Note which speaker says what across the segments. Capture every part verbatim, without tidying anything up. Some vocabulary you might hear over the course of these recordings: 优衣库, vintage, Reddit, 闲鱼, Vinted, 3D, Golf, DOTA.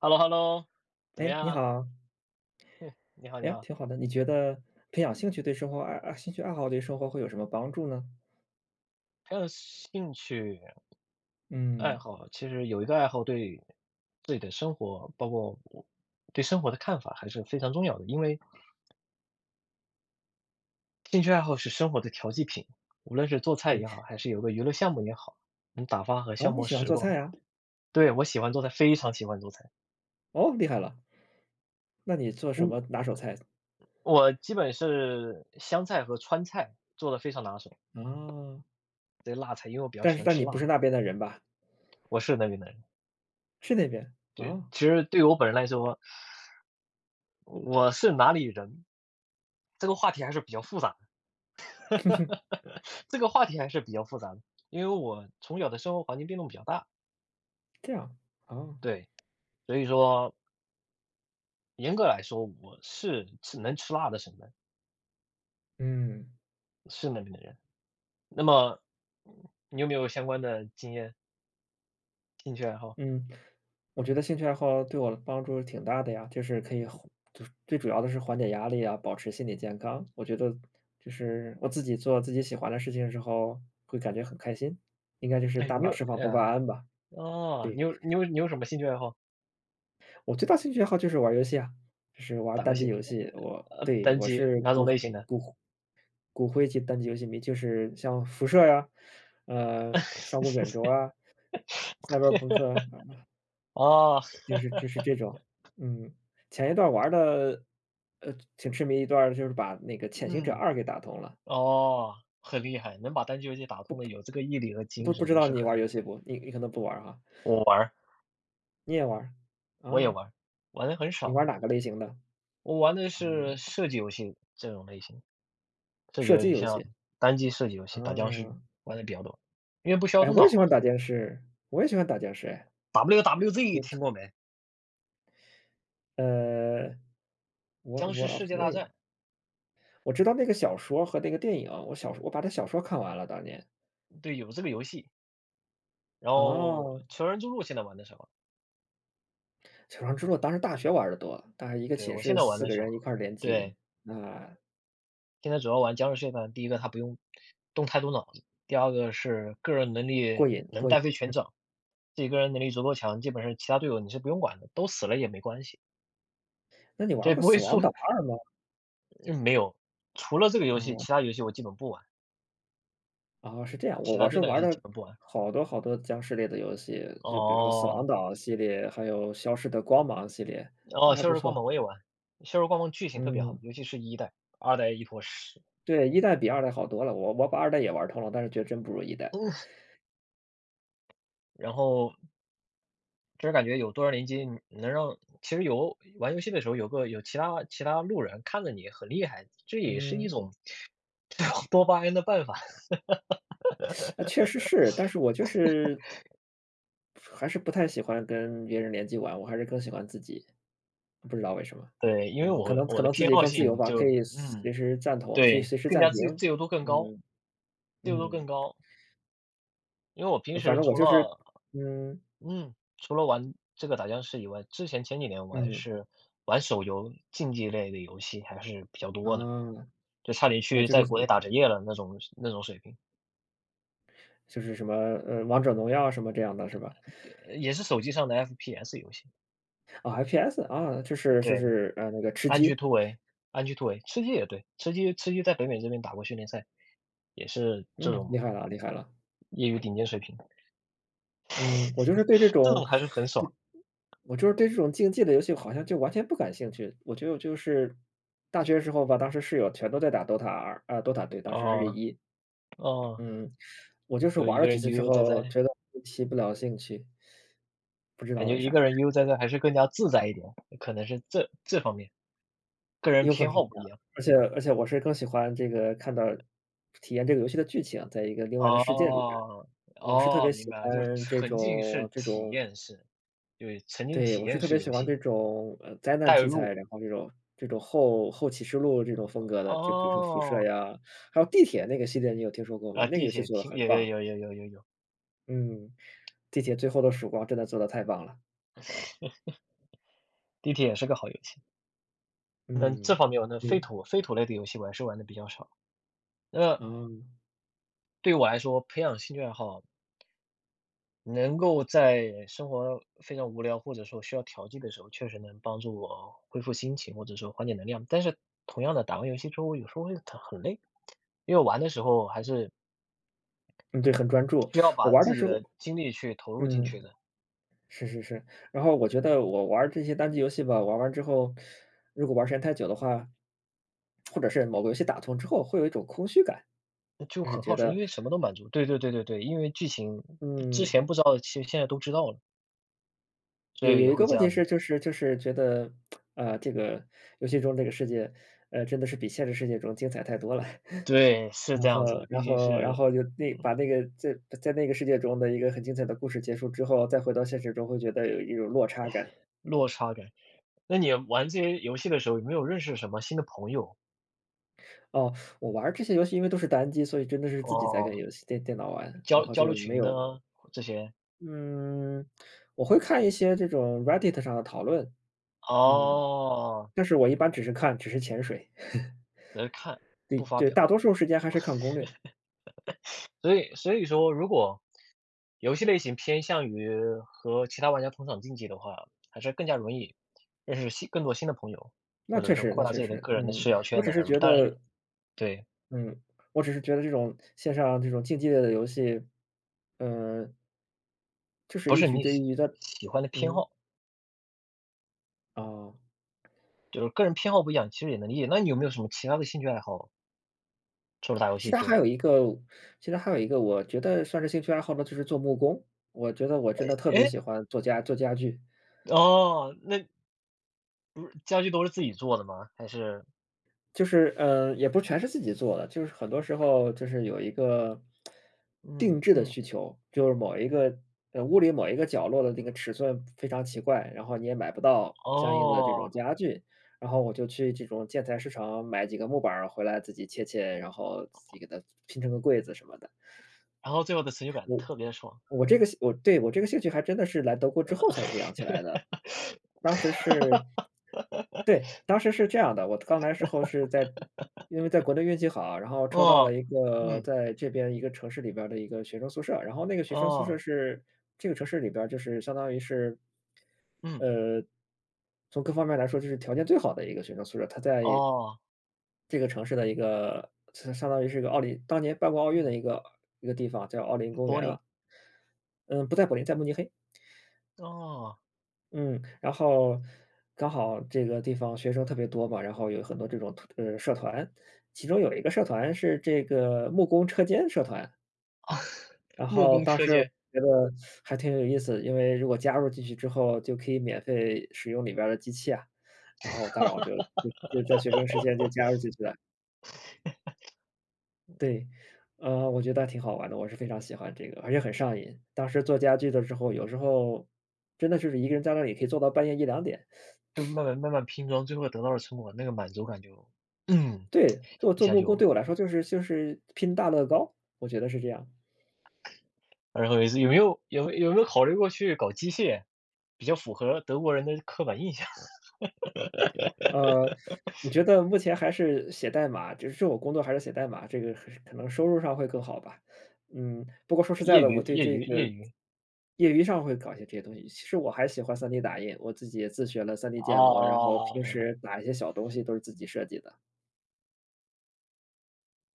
Speaker 1: h e l l o h e l l o 怎么
Speaker 2: 哎，你
Speaker 1: 样？
Speaker 2: 好，
Speaker 1: 你好，
Speaker 2: 哎
Speaker 1: 你
Speaker 2: 呀，
Speaker 1: 好。
Speaker 2: 挺好的。你觉得培养兴趣对生活爱啊，兴趣爱好对生活会有什么帮助呢？
Speaker 1: 还有兴趣爱
Speaker 2: 嗯，
Speaker 1: 好，其实有一个爱好对自己的生活，包括我对生活的看法，还是非常重要的。因为兴趣爱好是生活的调剂品，无论是做菜
Speaker 2: 对，
Speaker 1: 也好，还是有个娱乐项目也好，能打发和
Speaker 2: 哦，
Speaker 1: 消
Speaker 2: 你
Speaker 1: 磨
Speaker 2: 喜欢
Speaker 1: 时
Speaker 2: 做
Speaker 1: 光。
Speaker 2: 菜啊？
Speaker 1: 对，我喜欢做菜，非常喜欢做菜。
Speaker 2: 哦，厉害了，那你做什
Speaker 1: 嗯，
Speaker 2: 么拿手菜？
Speaker 1: 我基本是湘菜和川菜做的非常拿手，
Speaker 2: 啊？
Speaker 1: 对辣菜，因为我比较
Speaker 2: 但
Speaker 1: 喜
Speaker 2: 是
Speaker 1: 欢
Speaker 2: 但
Speaker 1: 吃
Speaker 2: 你不是
Speaker 1: 辣，
Speaker 2: 那边的人吧？
Speaker 1: 我是那边的人。
Speaker 2: 是那边，
Speaker 1: 对，
Speaker 2: 啊？
Speaker 1: 其实对于我本人来说，我是哪里人？这个话题还是比较复杂，这个话题还是比较复杂的，因为我从小的生活环境变动比较大，
Speaker 2: 这样，啊，
Speaker 1: 对，所以说严格来说，我是是能吃辣的省份，
Speaker 2: 嗯。
Speaker 1: 是那边的人。那么，你有没有相关的经验、兴趣爱好？
Speaker 2: 嗯，我觉得兴趣爱好对我的帮助挺大的呀，就是可以缓就是最主要的是缓解压力啊，保持心理健康。我觉得就是我自己做自己喜欢的事情的时候，会感觉很开心，应该就是
Speaker 1: 哎，
Speaker 2: 大
Speaker 1: 你
Speaker 2: 脑
Speaker 1: 有
Speaker 2: 释放多巴
Speaker 1: 呃，
Speaker 2: 胺吧。
Speaker 1: 哦，你
Speaker 2: 对，
Speaker 1: 有你有你有什么兴趣爱好？
Speaker 2: 我最大兴趣爱好就是玩儿游戏啊，就是玩儿
Speaker 1: 打游
Speaker 2: 单机
Speaker 1: 戏，
Speaker 2: 游戏。我
Speaker 1: 呃，
Speaker 2: 对
Speaker 1: 单
Speaker 2: 我
Speaker 1: 机，
Speaker 2: 是
Speaker 1: 哪种类
Speaker 2: 骨
Speaker 1: 型的？
Speaker 2: 骨灰级单机游戏迷，就是像辐射呀、呃，上古卷 轴啊、赛博朋克啊
Speaker 1: 哦，
Speaker 2: 就是就是这种，嗯，前一段玩的，呃，挺痴迷一段儿就是把那个《潜行者
Speaker 1: 嗯。
Speaker 2: 二》给打通了，
Speaker 1: 哦，很厉害，能把单机游戏打通的有这个毅力和
Speaker 2: 不
Speaker 1: 精
Speaker 2: 不
Speaker 1: 神
Speaker 2: 知
Speaker 1: 也
Speaker 2: 道
Speaker 1: 是
Speaker 2: 你
Speaker 1: 很
Speaker 2: 玩
Speaker 1: 厉害
Speaker 2: 游
Speaker 1: 的。
Speaker 2: 戏不？你你可能不玩儿哈，
Speaker 1: 我玩儿
Speaker 2: 你也玩儿
Speaker 1: 我也
Speaker 2: 啊，
Speaker 1: 玩儿，玩的很
Speaker 2: 你玩
Speaker 1: 少，
Speaker 2: 哪个类型的？
Speaker 1: 我玩的
Speaker 2: 啊，
Speaker 1: 是射击游戏这种类型，射击
Speaker 2: 射
Speaker 1: 游
Speaker 2: 击
Speaker 1: 戏
Speaker 2: 游
Speaker 1: 像
Speaker 2: 戏，
Speaker 1: 单机射击游
Speaker 2: 啊，
Speaker 1: 戏打僵尸玩的比较多，因为不需要
Speaker 2: 哎，
Speaker 1: 动
Speaker 2: 我也喜
Speaker 1: 脑
Speaker 2: 欢打
Speaker 1: 子。
Speaker 2: 僵尸，我也喜欢打僵尸哎，
Speaker 1: W W Z
Speaker 2: 我特
Speaker 1: 听过没？
Speaker 2: 呃，《World
Speaker 1: 僵尸
Speaker 2: War of
Speaker 1: 世界大
Speaker 2: Z》,
Speaker 1: 战，
Speaker 2: 我知道那个小说和那个电影，我小说我把它小说看完了当年，
Speaker 1: 对，有这个游戏。然后
Speaker 2: 哦。
Speaker 1: 求人之路现在玩的少，
Speaker 2: 求生之路当时大学玩的多，但是一个
Speaker 1: 对，
Speaker 2: 寝
Speaker 1: 我现
Speaker 2: 室
Speaker 1: 在玩
Speaker 2: 四
Speaker 1: 的
Speaker 2: 个人
Speaker 1: 少，
Speaker 2: 一块儿联机，
Speaker 1: 对。
Speaker 2: 啊，
Speaker 1: 现在主要玩僵尸血战，第一个它不用动太多脑子，第二个是个人能
Speaker 2: 过
Speaker 1: 力
Speaker 2: 瘾
Speaker 1: 能
Speaker 2: 过瘾。
Speaker 1: 带飞全场，自己个人能力足够强，基本上其他队友你是不用管的，都死了也没关系，
Speaker 2: 那你玩
Speaker 1: 所以
Speaker 2: 过
Speaker 1: 不
Speaker 2: 死
Speaker 1: 会
Speaker 2: 亡
Speaker 1: 出
Speaker 2: 岛二》吗？
Speaker 1: 嗯，没有，除了这个游戏，
Speaker 2: 哦，
Speaker 1: 其他游戏我基本不玩，
Speaker 2: 哦，是这样，我
Speaker 1: 其他
Speaker 2: 我是
Speaker 1: 电脑游
Speaker 2: 玩
Speaker 1: 戏基
Speaker 2: 了
Speaker 1: 本不玩。
Speaker 2: 好多好多僵尸类的游戏，就比如说死亡
Speaker 1: 哦，
Speaker 2: 岛系列，还有消失的光芒系列，都
Speaker 1: 哦，
Speaker 2: 还
Speaker 1: 《消
Speaker 2: 不
Speaker 1: 失光
Speaker 2: 错。
Speaker 1: 芒》我也玩，《消失光芒》剧情特别
Speaker 2: 嗯，
Speaker 1: 好，尤其是一代，二代一坨屎。
Speaker 2: 对，一代比二代好多了，我我把二代也玩通了，但是觉得真不如一代。
Speaker 1: 然后就是感觉有多少连机，能让其实有玩游戏的时候，有个有其他其他路人看着你很厉害，这也是一
Speaker 2: 嗯。
Speaker 1: 种这种多巴胺的办法。
Speaker 2: 呃，确实是，但是我就是还是不太喜欢跟别人联机玩，我还是更喜欢自己，不知道为什么。
Speaker 1: 对，因为
Speaker 2: 嗯，可
Speaker 1: 我
Speaker 2: 能可
Speaker 1: 我的
Speaker 2: 能自
Speaker 1: 偏
Speaker 2: 己
Speaker 1: 好
Speaker 2: 更自由
Speaker 1: 性
Speaker 2: 吧，可
Speaker 1: 就
Speaker 2: 以随
Speaker 1: 嗯，
Speaker 2: 时暂停，可以
Speaker 1: 对，
Speaker 2: 随时
Speaker 1: 更
Speaker 2: 暂
Speaker 1: 加自
Speaker 2: 停。
Speaker 1: 自由度更高，
Speaker 2: 嗯
Speaker 1: 自由度更
Speaker 2: 嗯，
Speaker 1: 高。因为我平
Speaker 2: 我反
Speaker 1: 时
Speaker 2: 正我
Speaker 1: 除
Speaker 2: 就是
Speaker 1: 了
Speaker 2: 嗯
Speaker 1: 嗯，除了玩这个打僵尸以外，之前前几年我还
Speaker 2: 嗯，
Speaker 1: 是玩手游竞技类的游戏还是比较多的，
Speaker 2: 啊，
Speaker 1: 就差点
Speaker 2: 那
Speaker 1: 去
Speaker 2: 就是
Speaker 1: 在国内打职业了那种那种水平，
Speaker 2: 就是什么，呃，王者荣耀什么这样的是吧？
Speaker 1: 呃也是手机上的 F P S 游戏，
Speaker 2: 啊，F P S,啊，就是就
Speaker 1: 对。
Speaker 2: 是，呃，那个吃
Speaker 1: 安居
Speaker 2: 鸡，
Speaker 1: 突围，安居突围，吃鸡也对，吃鸡吃鸡在北美这边打过训练赛，也是这
Speaker 2: 嗯，厉害
Speaker 1: 种
Speaker 2: 了厉害了。
Speaker 1: 业余顶尖水平，
Speaker 2: 嗯，我就是对这
Speaker 1: 这
Speaker 2: 种
Speaker 1: 种还是很
Speaker 2: 对
Speaker 1: 爽。
Speaker 2: 我就是对这种竞技的游戏好像就完全不感兴趣。我觉得我就是大学时候吧，当时室友全都在打 D O T A 二啊，D O T A 对，当时还是
Speaker 1: 哦，
Speaker 2: 一，
Speaker 1: 哦，
Speaker 2: 嗯，我就是
Speaker 1: 有
Speaker 2: 玩
Speaker 1: 一
Speaker 2: 了
Speaker 1: 个
Speaker 2: 几
Speaker 1: 人
Speaker 2: 次
Speaker 1: 悠
Speaker 2: 之
Speaker 1: 悠哉
Speaker 2: 后，
Speaker 1: 哉，
Speaker 2: 觉得提不了兴趣。不知道
Speaker 1: 感觉
Speaker 2: 为
Speaker 1: 一个
Speaker 2: 啥，
Speaker 1: 人悠悠哉哉还是更加自在一点，可能是这这方面，个人
Speaker 2: 有可能
Speaker 1: 偏
Speaker 2: 是
Speaker 1: 好不
Speaker 2: 这
Speaker 1: 一
Speaker 2: 样。
Speaker 1: 样。
Speaker 2: 而且而且我是更喜欢这个看到体验这个游戏的剧情，在一个另外的世界里边儿，
Speaker 1: 哦，
Speaker 2: 我是特
Speaker 1: 哦，
Speaker 2: 别
Speaker 1: 明
Speaker 2: 喜
Speaker 1: 白了，就是
Speaker 2: 欢这
Speaker 1: 沉浸
Speaker 2: 种
Speaker 1: 式
Speaker 2: 这
Speaker 1: 体
Speaker 2: 种
Speaker 1: 验式，对，沉浸
Speaker 2: 对，
Speaker 1: 体
Speaker 2: 我是
Speaker 1: 验
Speaker 2: 特
Speaker 1: 式
Speaker 2: 别喜
Speaker 1: 游
Speaker 2: 欢
Speaker 1: 戏，
Speaker 2: 这种，呃，灾难
Speaker 1: 代
Speaker 2: 题材，
Speaker 1: 入，
Speaker 2: 然后这种这种后后启示录这种风格的，就比如说《辐射》
Speaker 1: 哦，
Speaker 2: 呀，还有《地铁》那个系列，你有听说过吗？
Speaker 1: 啊，
Speaker 2: 那个
Speaker 1: 地
Speaker 2: 游戏
Speaker 1: 铁
Speaker 2: 做的
Speaker 1: 听
Speaker 2: 很
Speaker 1: 有有
Speaker 2: 棒，
Speaker 1: 有有有有有，
Speaker 2: 嗯，《地铁：最后的曙光》真的做的太棒了，
Speaker 1: 地铁也是个好游戏。那这
Speaker 2: 嗯，
Speaker 1: 方面我那废
Speaker 2: 对，
Speaker 1: 土废土类的游戏我还是玩的比较少。那
Speaker 2: 哦嗯，
Speaker 1: 对于我来说，培养兴趣爱好，能够在生活非常无聊或者说需要调剂的时候，确实能帮助我恢复心情或者说缓解能量。但是同样的，打完游戏之后，我有时候会很很累，因为玩的时候还是
Speaker 2: 嗯对，很专注。
Speaker 1: 需要
Speaker 2: 我
Speaker 1: 把
Speaker 2: 玩儿的
Speaker 1: 自己
Speaker 2: 时候
Speaker 1: 的精力去投入进去
Speaker 2: 嗯，
Speaker 1: 的，
Speaker 2: 是是是，然后我觉得我玩儿这些单机游戏吧，玩完之后，如果玩儿时间太久的话，或者是某个游戏打通之后，会有一种空虚感，
Speaker 1: 那就
Speaker 2: 就是
Speaker 1: 很
Speaker 2: 觉
Speaker 1: 耗神，因
Speaker 2: 得，
Speaker 1: 为什么都满足。对对对对对，因为剧情之
Speaker 2: 嗯，
Speaker 1: 前不知道的，其实现在都知道了，所
Speaker 2: 有
Speaker 1: 以
Speaker 2: 有
Speaker 1: 也
Speaker 2: 一
Speaker 1: 会
Speaker 2: 个
Speaker 1: 这
Speaker 2: 问题
Speaker 1: 样
Speaker 2: 是，
Speaker 1: 子。
Speaker 2: 就是就是觉得，啊，这个游戏中这个世界，呃，真的是比现实世界中精彩太多了。
Speaker 1: 对，是
Speaker 2: 然
Speaker 1: 这
Speaker 2: 后
Speaker 1: 样子的，
Speaker 2: 然
Speaker 1: 毕竟
Speaker 2: 后然
Speaker 1: 是
Speaker 2: 后就那把那个在在那个世界中的一个很精彩的故事结束之后，再回到现实中会觉得有一种落差感。
Speaker 1: 落差感。那你玩这些游戏的时候，有没有认识什么新的朋友？
Speaker 2: 哦，我玩儿这些游戏因为都是单机，所以真的是自己在跟
Speaker 1: 哦，
Speaker 2: 游戏电电脑玩，然
Speaker 1: 交
Speaker 2: 后
Speaker 1: 交
Speaker 2: 就
Speaker 1: 流
Speaker 2: 没
Speaker 1: 群
Speaker 2: 有
Speaker 1: 呢，这些？
Speaker 2: 嗯，我会看一些这种 Reddit 上的讨论，嗯，
Speaker 1: 哦，
Speaker 2: 但是我一般只是看，只是潜水，
Speaker 1: 只是看，
Speaker 2: 对
Speaker 1: 不发
Speaker 2: 对，
Speaker 1: 表。
Speaker 2: 大多数时间还是看攻略。
Speaker 1: 所以所以说，如果游戏类型偏向于和其他玩家同场竞技的话，还是更加容易认识新更多新的朋友，
Speaker 2: 那
Speaker 1: 或者
Speaker 2: 确
Speaker 1: 说
Speaker 2: 实那
Speaker 1: 扩大
Speaker 2: 确
Speaker 1: 自己的
Speaker 2: 实，
Speaker 1: 个人的
Speaker 2: 嗯，
Speaker 1: 社交
Speaker 2: 我
Speaker 1: 圈
Speaker 2: 只
Speaker 1: 的。
Speaker 2: 是觉
Speaker 1: 但是
Speaker 2: 得
Speaker 1: 对，
Speaker 2: 嗯，我只是觉得这种线上这种竞技类的游戏，嗯就是
Speaker 1: 不
Speaker 2: 一
Speaker 1: 是
Speaker 2: 局
Speaker 1: 你
Speaker 2: 对一
Speaker 1: 喜
Speaker 2: 局的，
Speaker 1: 喜欢的偏
Speaker 2: 嗯，
Speaker 1: 好，
Speaker 2: 哦，
Speaker 1: 就是个人偏好不一样，其实也能理解。那你有没有什么其他的兴趣爱好，除了打游
Speaker 2: 其
Speaker 1: 戏
Speaker 2: 他
Speaker 1: 之
Speaker 2: 还
Speaker 1: 外？
Speaker 2: 有一个其他还有一个我觉得算是兴趣爱好呢，就是做木工，我觉得我真的 特别
Speaker 1: 哎。
Speaker 2: 喜欢做家做家具。
Speaker 1: 哦，那不是家具都是自己做的吗？还是
Speaker 2: 就是，嗯，也不全是自己做的，就是很多时候就是有一个
Speaker 1: 嗯
Speaker 2: 定制的
Speaker 1: 嗯。
Speaker 2: 需求，就是某一个呃，屋里某一个角落的那个尺寸非常奇怪，然后你也买不到相应的这种
Speaker 1: 哦，
Speaker 2: 家具，然后我就去这种建材市场买几个木板儿回来自己切切，然后自己给它拼成个柜子什么的。
Speaker 1: 然后最后的成就感特别地爽。
Speaker 2: 我这个兴我对，我这个兴趣还真的是来德国之后才培养起来的。当时是对，当时是这样的，我刚来时候是在因为在国内运气好，然后抽到了
Speaker 1: 哦，
Speaker 2: 一个
Speaker 1: 嗯。
Speaker 2: 在这边一个城市里边儿的一个学生宿舍，然后那个学生宿舍
Speaker 1: 哦，
Speaker 2: 是这个城市里边儿就是相当于是，
Speaker 1: 嗯。
Speaker 2: 呃，从各方面来说就是条件最好的一个学生宿舍，它在
Speaker 1: 哦，
Speaker 2: 这个城市的一个相相当于是一个奥林当年办过奥运的
Speaker 1: 嗯。
Speaker 2: 一个一个地方，叫奥林公
Speaker 1: 柏
Speaker 2: 园
Speaker 1: 林，
Speaker 2: 了。嗯，不在柏林，在慕尼黑。
Speaker 1: 哦，
Speaker 2: 嗯，然后刚好这个地方学生特别多嘛，然后有很多这种呃社团，其中有一个社团是这个木工车间社团，然
Speaker 1: 木
Speaker 2: 后
Speaker 1: 工
Speaker 2: 当
Speaker 1: 车
Speaker 2: 时我
Speaker 1: 间，
Speaker 2: 觉得还挺有意思，因为如果加入进去之后就可以免费使用里边儿的机器啊，然后当然我就就就在学生时间就加入进去了，对，呃，我觉得还挺好玩的，我是非常喜欢这个，而且很上瘾。当时做家具的时候，有时候真的是一个人在那里可以做到半夜一两点。
Speaker 1: 就慢慢慢慢拼装，最后得到了成果，那个满足感就嗯，
Speaker 2: 对，做
Speaker 1: 一
Speaker 2: 做
Speaker 1: 下
Speaker 2: 木工
Speaker 1: 就
Speaker 2: 对我来说就是就是拼大乐高，我觉得是这样。
Speaker 1: 然后有一次有没有有有没有考虑过去搞机械？比较符合德国人的刻板印象，
Speaker 2: 呃，我觉得目前还是写代码，就是我工作还是写代码，这个还是可能收入上会更好吧。嗯，不过说实在
Speaker 1: 业
Speaker 2: 的，
Speaker 1: 余
Speaker 2: 我对
Speaker 1: 业
Speaker 2: 这
Speaker 1: 余
Speaker 2: 个
Speaker 1: 业余，
Speaker 2: 业余上会搞一些这些东西。其实我还喜欢 三 D 打印，我自己也自学了 三 D 建模，然后平
Speaker 1: 哦。
Speaker 2: 时打一些小东西都是自己设计的。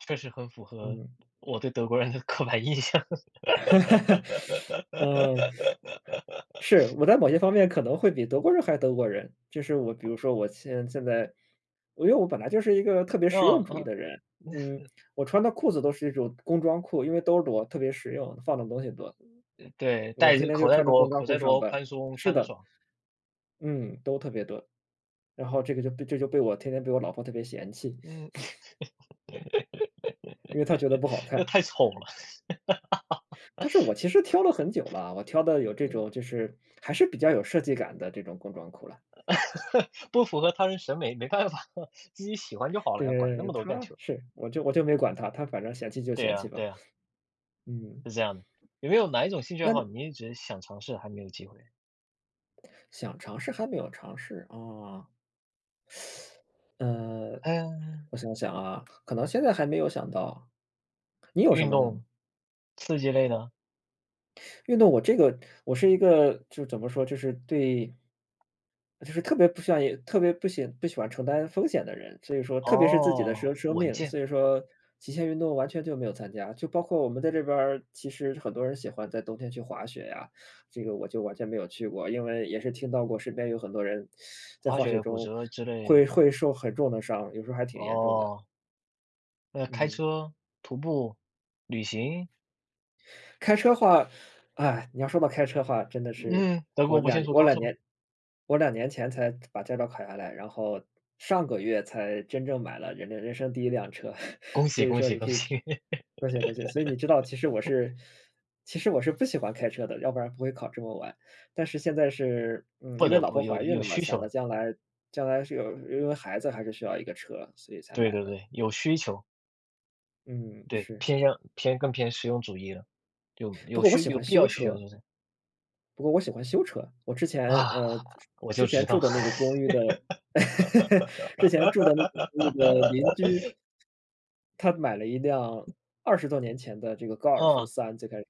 Speaker 1: 确实很符合
Speaker 2: 嗯，
Speaker 1: 我对德国人的刻板印象。
Speaker 2: 嗯。是，我在某些方面可能会比德国人还德国人。就是我比如说我现现在因为我本来就是一个特别实用
Speaker 1: 嗯
Speaker 2: 主义
Speaker 1: 嗯，
Speaker 2: 的人，嗯，我穿的裤子都是一种工装裤，因为兜儿多，特别实用，放的东西多，
Speaker 1: 对，
Speaker 2: 我
Speaker 1: 袋
Speaker 2: 天
Speaker 1: 子
Speaker 2: 天就
Speaker 1: 口袋
Speaker 2: 穿着
Speaker 1: 多
Speaker 2: 工装
Speaker 1: 口
Speaker 2: 裤
Speaker 1: 袋
Speaker 2: 上
Speaker 1: 多
Speaker 2: 班。
Speaker 1: 宽松，
Speaker 2: 是
Speaker 1: 穿得
Speaker 2: 的，
Speaker 1: 爽。
Speaker 2: 嗯，都特别多。然后这个就被这就被我天天被我老婆特别嫌弃，
Speaker 1: 嗯，
Speaker 2: 因为她觉得不好
Speaker 1: 那
Speaker 2: 看。
Speaker 1: 太丑了，
Speaker 2: 但是我其实挑了很久了，我挑的有这种就是还是比较有设计感的这种工装裤了。
Speaker 1: 不符合他人审美，没办法，自己喜欢就好了
Speaker 2: 对
Speaker 1: 呀，管
Speaker 2: 对
Speaker 1: 那
Speaker 2: 对，
Speaker 1: 么多干
Speaker 2: 他
Speaker 1: 球。
Speaker 2: 是，我就我就没管他，他反正嫌弃就
Speaker 1: 对
Speaker 2: 嫌弃
Speaker 1: 呀
Speaker 2: 吧。
Speaker 1: 对呀，
Speaker 2: 嗯，
Speaker 1: 是这样的。有没有哪一种兴趣爱
Speaker 2: 那
Speaker 1: 好你一直想尝试还没有机会？
Speaker 2: 想尝试还没有尝试啊，呃，
Speaker 1: 嗯，
Speaker 2: 我想想啊，可能现在还没有想到，你有什
Speaker 1: 运
Speaker 2: 么呢？
Speaker 1: 动，刺激类的？
Speaker 2: 运动我这个我是一个就怎么说，就是对就是特别不喜欢也特别不喜不喜欢承担风险的人，所以说特别是自己的
Speaker 1: 哦，
Speaker 2: 生生
Speaker 1: 稳
Speaker 2: 命，
Speaker 1: 健，
Speaker 2: 所以说极限运动完全就没有参加。就包括我们在这边儿，其实很多人喜欢在冬天去滑雪呀，这个我就完全没有去过，因为也是听到过身边有很多人在
Speaker 1: 滑
Speaker 2: 滑雪
Speaker 1: 雪、骨
Speaker 2: 中
Speaker 1: 折之类的
Speaker 2: 会会受很重的伤，有时候还挺严重的。
Speaker 1: 哦，那开
Speaker 2: 嗯。
Speaker 1: 车、徒步、旅行？
Speaker 2: 开车话，哎，你要说到开车话，真的是
Speaker 1: 嗯，德
Speaker 2: 我
Speaker 1: 国不
Speaker 2: 两
Speaker 1: 限速
Speaker 2: 我
Speaker 1: 高
Speaker 2: 两
Speaker 1: 速。
Speaker 2: 年我两年前才把驾照考下来，然后上个月才真正买了人人生第一辆车，
Speaker 1: 恭
Speaker 2: 所
Speaker 1: 喜
Speaker 2: 以
Speaker 1: 恭
Speaker 2: 说
Speaker 1: 喜
Speaker 2: 你
Speaker 1: 恭
Speaker 2: 可以
Speaker 1: 喜，
Speaker 2: 多谢多谢，所以你知道其实我是其实我是不喜欢开车的，要不然不会考这么晚。但是现在是，嗯，
Speaker 1: 不
Speaker 2: 因为
Speaker 1: 得
Speaker 2: 老婆
Speaker 1: 不有
Speaker 2: 怀孕
Speaker 1: 有
Speaker 2: 了嘛，
Speaker 1: 需求
Speaker 2: 想着
Speaker 1: 了，
Speaker 2: 将来将来是有因为孩子还是需要一个车，所以才
Speaker 1: 对
Speaker 2: 买
Speaker 1: 对
Speaker 2: 的。
Speaker 1: 对，有需求，
Speaker 2: 嗯，
Speaker 1: 对，
Speaker 2: 是。
Speaker 1: 偏向偏更偏实用主义了，有
Speaker 2: 不
Speaker 1: 有
Speaker 2: 过我
Speaker 1: 需
Speaker 2: 喜
Speaker 1: 有
Speaker 2: 欢
Speaker 1: 必
Speaker 2: 修
Speaker 1: 要需求
Speaker 2: 车。
Speaker 1: 就是
Speaker 2: 不过我喜欢修车，我之前
Speaker 1: 啊，
Speaker 2: 呃，
Speaker 1: 我
Speaker 2: 之
Speaker 1: 就知
Speaker 2: 前住
Speaker 1: 道，
Speaker 2: 的那个 公寓的 之前住的那个公寓的邻居他买了一辆二十多年前的这个高尔夫
Speaker 1: 啊
Speaker 2: 三，最开始，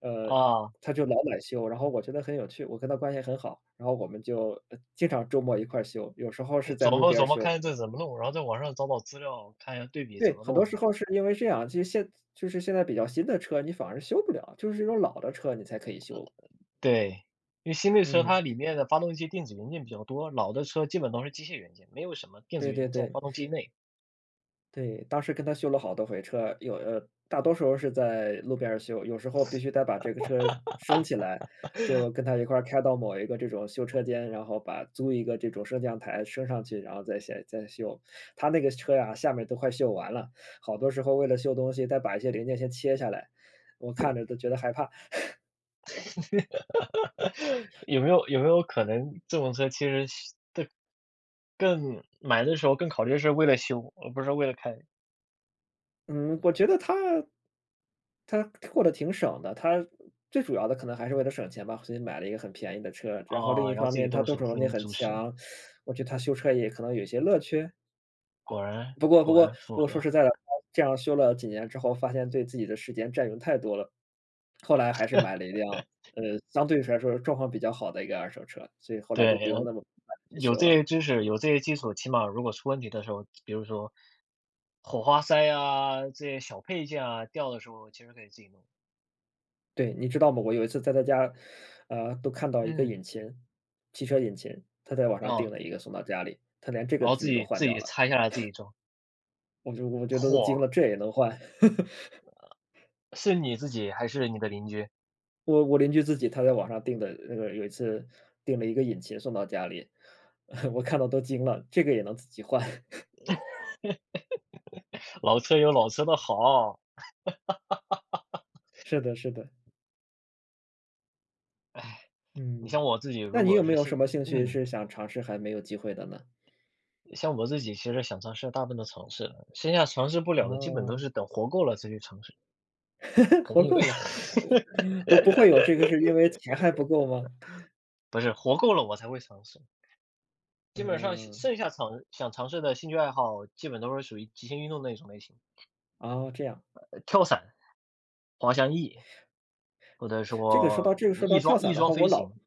Speaker 2: 呃，
Speaker 1: 啊，
Speaker 2: 他就老买修，然后我觉得很有趣，我跟他关系很好，然后我们就，呃经常周末一块儿修，有时候
Speaker 1: 哎
Speaker 2: 是在
Speaker 1: 琢
Speaker 2: 路
Speaker 1: 磨
Speaker 2: 边儿
Speaker 1: 琢磨
Speaker 2: 修。
Speaker 1: 看这怎么弄，然后在网上找找资料，看一下对比怎
Speaker 2: 对，
Speaker 1: 么
Speaker 2: 很多
Speaker 1: 弄的。
Speaker 2: 时候是因为这样，其实现就是现在比较新的车，你反而修不了，就是这种老的车你才可以修。
Speaker 1: 对，因为新的车
Speaker 2: 嗯，
Speaker 1: 它里面的发动机电子元件比较多，老的车基本都是机械元件，没有什么电子
Speaker 2: 对
Speaker 1: 元
Speaker 2: 对
Speaker 1: 件在
Speaker 2: 对。
Speaker 1: 发动机内。
Speaker 2: 对，当时跟他修了好多回车，有呃，大多时候是在路边儿修，有时候必须得把这个车升起来，就跟他一块儿开到某一个这种修车间，然后把租一个这种升降台升上去，然后再下再修。他那个车呀，下面都快锈完了，好多时候为了修东西，再把一些零件先切下来，我看着都觉得害怕。
Speaker 1: 有没有有没有可能这种车其实更买的时候更考虑是为了修，而不是为了开。
Speaker 2: 嗯，我觉得他他过得挺省的，他最主要的可能还是为了省钱吧，所以买了一个很便宜的车。然后另
Speaker 1: 啊，
Speaker 2: 一
Speaker 1: 然后
Speaker 2: 方
Speaker 1: 自己
Speaker 2: 面，他
Speaker 1: 动
Speaker 2: 动
Speaker 1: 手
Speaker 2: 手能力
Speaker 1: 丰衣
Speaker 2: 很
Speaker 1: 足食，
Speaker 2: 强，我觉得他修车也可能有一些乐趣。
Speaker 1: 果然
Speaker 2: 不过不
Speaker 1: 果
Speaker 2: 过
Speaker 1: 然符
Speaker 2: 不过说
Speaker 1: 合。
Speaker 2: 实在的，这样修了几年之后，发现对自己的时间占用太多了，后来还是买了一辆，呃，相对来说状况比较好的一个二手车，所以后来
Speaker 1: 对，
Speaker 2: 就不用
Speaker 1: 然
Speaker 2: 那么频繁地去
Speaker 1: 有
Speaker 2: 修
Speaker 1: 这
Speaker 2: 了。
Speaker 1: 些知识，有这些基础，起码如果出问题的时候，比如说火花塞啊，这些小配件啊掉的时候，其实可以自己弄。
Speaker 2: 对，你知道吗？我有一次在他家，呃，都看到一个
Speaker 1: 嗯，
Speaker 2: 引擎，汽车引擎，他在网上订
Speaker 1: 啊，
Speaker 2: 了一个送到家里，他连这个
Speaker 1: 然后
Speaker 2: 自
Speaker 1: 自
Speaker 2: 己都
Speaker 1: 己
Speaker 2: 换
Speaker 1: 自
Speaker 2: 掉
Speaker 1: 己
Speaker 2: 了，
Speaker 1: 拆下来自己装。
Speaker 2: 我就我觉得都惊
Speaker 1: 嚯，
Speaker 2: 了，这也能换？
Speaker 1: 是你自己还是你的邻居？
Speaker 2: 我我邻居自己他在网上订的那个有一次订了一个引擎送到家里，我看到都惊了，这个也能自己换？
Speaker 1: 老车有老车的好，
Speaker 2: 是的是的。
Speaker 1: 你
Speaker 2: 嗯。
Speaker 1: 像我自己
Speaker 2: 那
Speaker 1: 如
Speaker 2: 你
Speaker 1: 果
Speaker 2: 有没
Speaker 1: 是
Speaker 2: 有什
Speaker 1: 新
Speaker 2: 么兴趣
Speaker 1: 嗯。
Speaker 2: 是想尝试还没有机会的呢？
Speaker 1: 像我自己其实想尝试的大部分都尝试了，剩下尝试不了的基本
Speaker 2: 哦，
Speaker 1: 都是等活够了再去尝试，肯
Speaker 2: 活
Speaker 1: 定有
Speaker 2: 够了。不不会有这个是因为钱还不够吗？
Speaker 1: 不是，活够了我才会尝试。基本上
Speaker 2: 嗯。
Speaker 1: 剩下尝想尝试的兴趣爱好，基本都是属于极限运动那种类型，
Speaker 2: 哦，这样。
Speaker 1: 呃跳伞、滑翔翼，或者
Speaker 2: 这个说到
Speaker 1: 说
Speaker 2: 这个
Speaker 1: 嗯
Speaker 2: 说
Speaker 1: 翼
Speaker 2: 到
Speaker 1: 装
Speaker 2: 跳伞
Speaker 1: 翼
Speaker 2: 的话，
Speaker 1: 装
Speaker 2: 我
Speaker 1: 飞
Speaker 2: 老
Speaker 1: 行，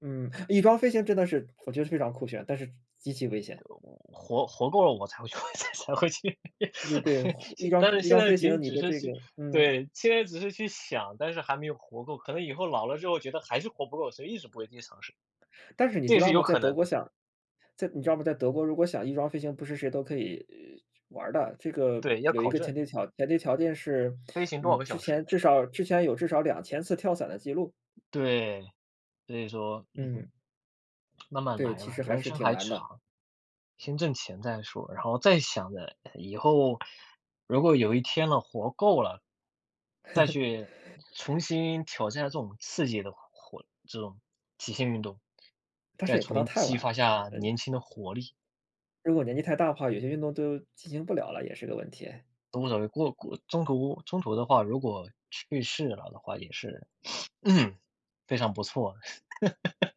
Speaker 2: 嗯，翼装飞行真的是我觉得非常酷炫，但是极其危险。
Speaker 1: 活活够了我才会去 才才会去
Speaker 2: 对对对，翼
Speaker 1: 现
Speaker 2: 装
Speaker 1: 但是
Speaker 2: 翼
Speaker 1: 现
Speaker 2: 装
Speaker 1: 在
Speaker 2: 飞
Speaker 1: 仅
Speaker 2: 行
Speaker 1: 仅
Speaker 2: 你
Speaker 1: 只
Speaker 2: 的
Speaker 1: 是
Speaker 2: 这
Speaker 1: 去，
Speaker 2: 个嗯，
Speaker 1: 对，现在只是去想，但是还没有活够，可能以后老了之后觉得还是活不够，所以一直不会去尝试，
Speaker 2: 但是你
Speaker 1: 这
Speaker 2: 知
Speaker 1: 也是
Speaker 2: 道
Speaker 1: 有
Speaker 2: 吗？在
Speaker 1: 可能
Speaker 2: 德
Speaker 1: 的。
Speaker 2: 国想在你知道吗？在德国如果想翼装飞行，不是谁都可以呃玩儿的。这个
Speaker 1: 对，要
Speaker 2: 有一
Speaker 1: 考
Speaker 2: 个前
Speaker 1: 证，
Speaker 2: 提条前提条件是，
Speaker 1: 飞行多
Speaker 2: 你
Speaker 1: 少个
Speaker 2: 之
Speaker 1: 小时？
Speaker 2: 前至少之前有至少两千次跳伞的记录。
Speaker 1: 对，所以说，嗯，
Speaker 2: 嗯，
Speaker 1: 慢慢
Speaker 2: 对，
Speaker 1: 来
Speaker 2: 其
Speaker 1: 吧，
Speaker 2: 实还
Speaker 1: 人
Speaker 2: 是
Speaker 1: 生
Speaker 2: 挺
Speaker 1: 还
Speaker 2: 难的，
Speaker 1: 长。先挣钱再说，然后再想着以后如果有一天了，活够了，再去重新挑战这种刺激的活这种极限运动，
Speaker 2: 但是
Speaker 1: 再
Speaker 2: 也不
Speaker 1: 重
Speaker 2: 能
Speaker 1: 新
Speaker 2: 太
Speaker 1: 激
Speaker 2: 晚。
Speaker 1: 发下
Speaker 2: 嗯，
Speaker 1: 年轻的活力，
Speaker 2: 如果年纪太大的话，有些运动都进行不了了，也是个问题。
Speaker 1: 都无所谓。过过中途中途的话，如果去世了的话，也是 非常不错。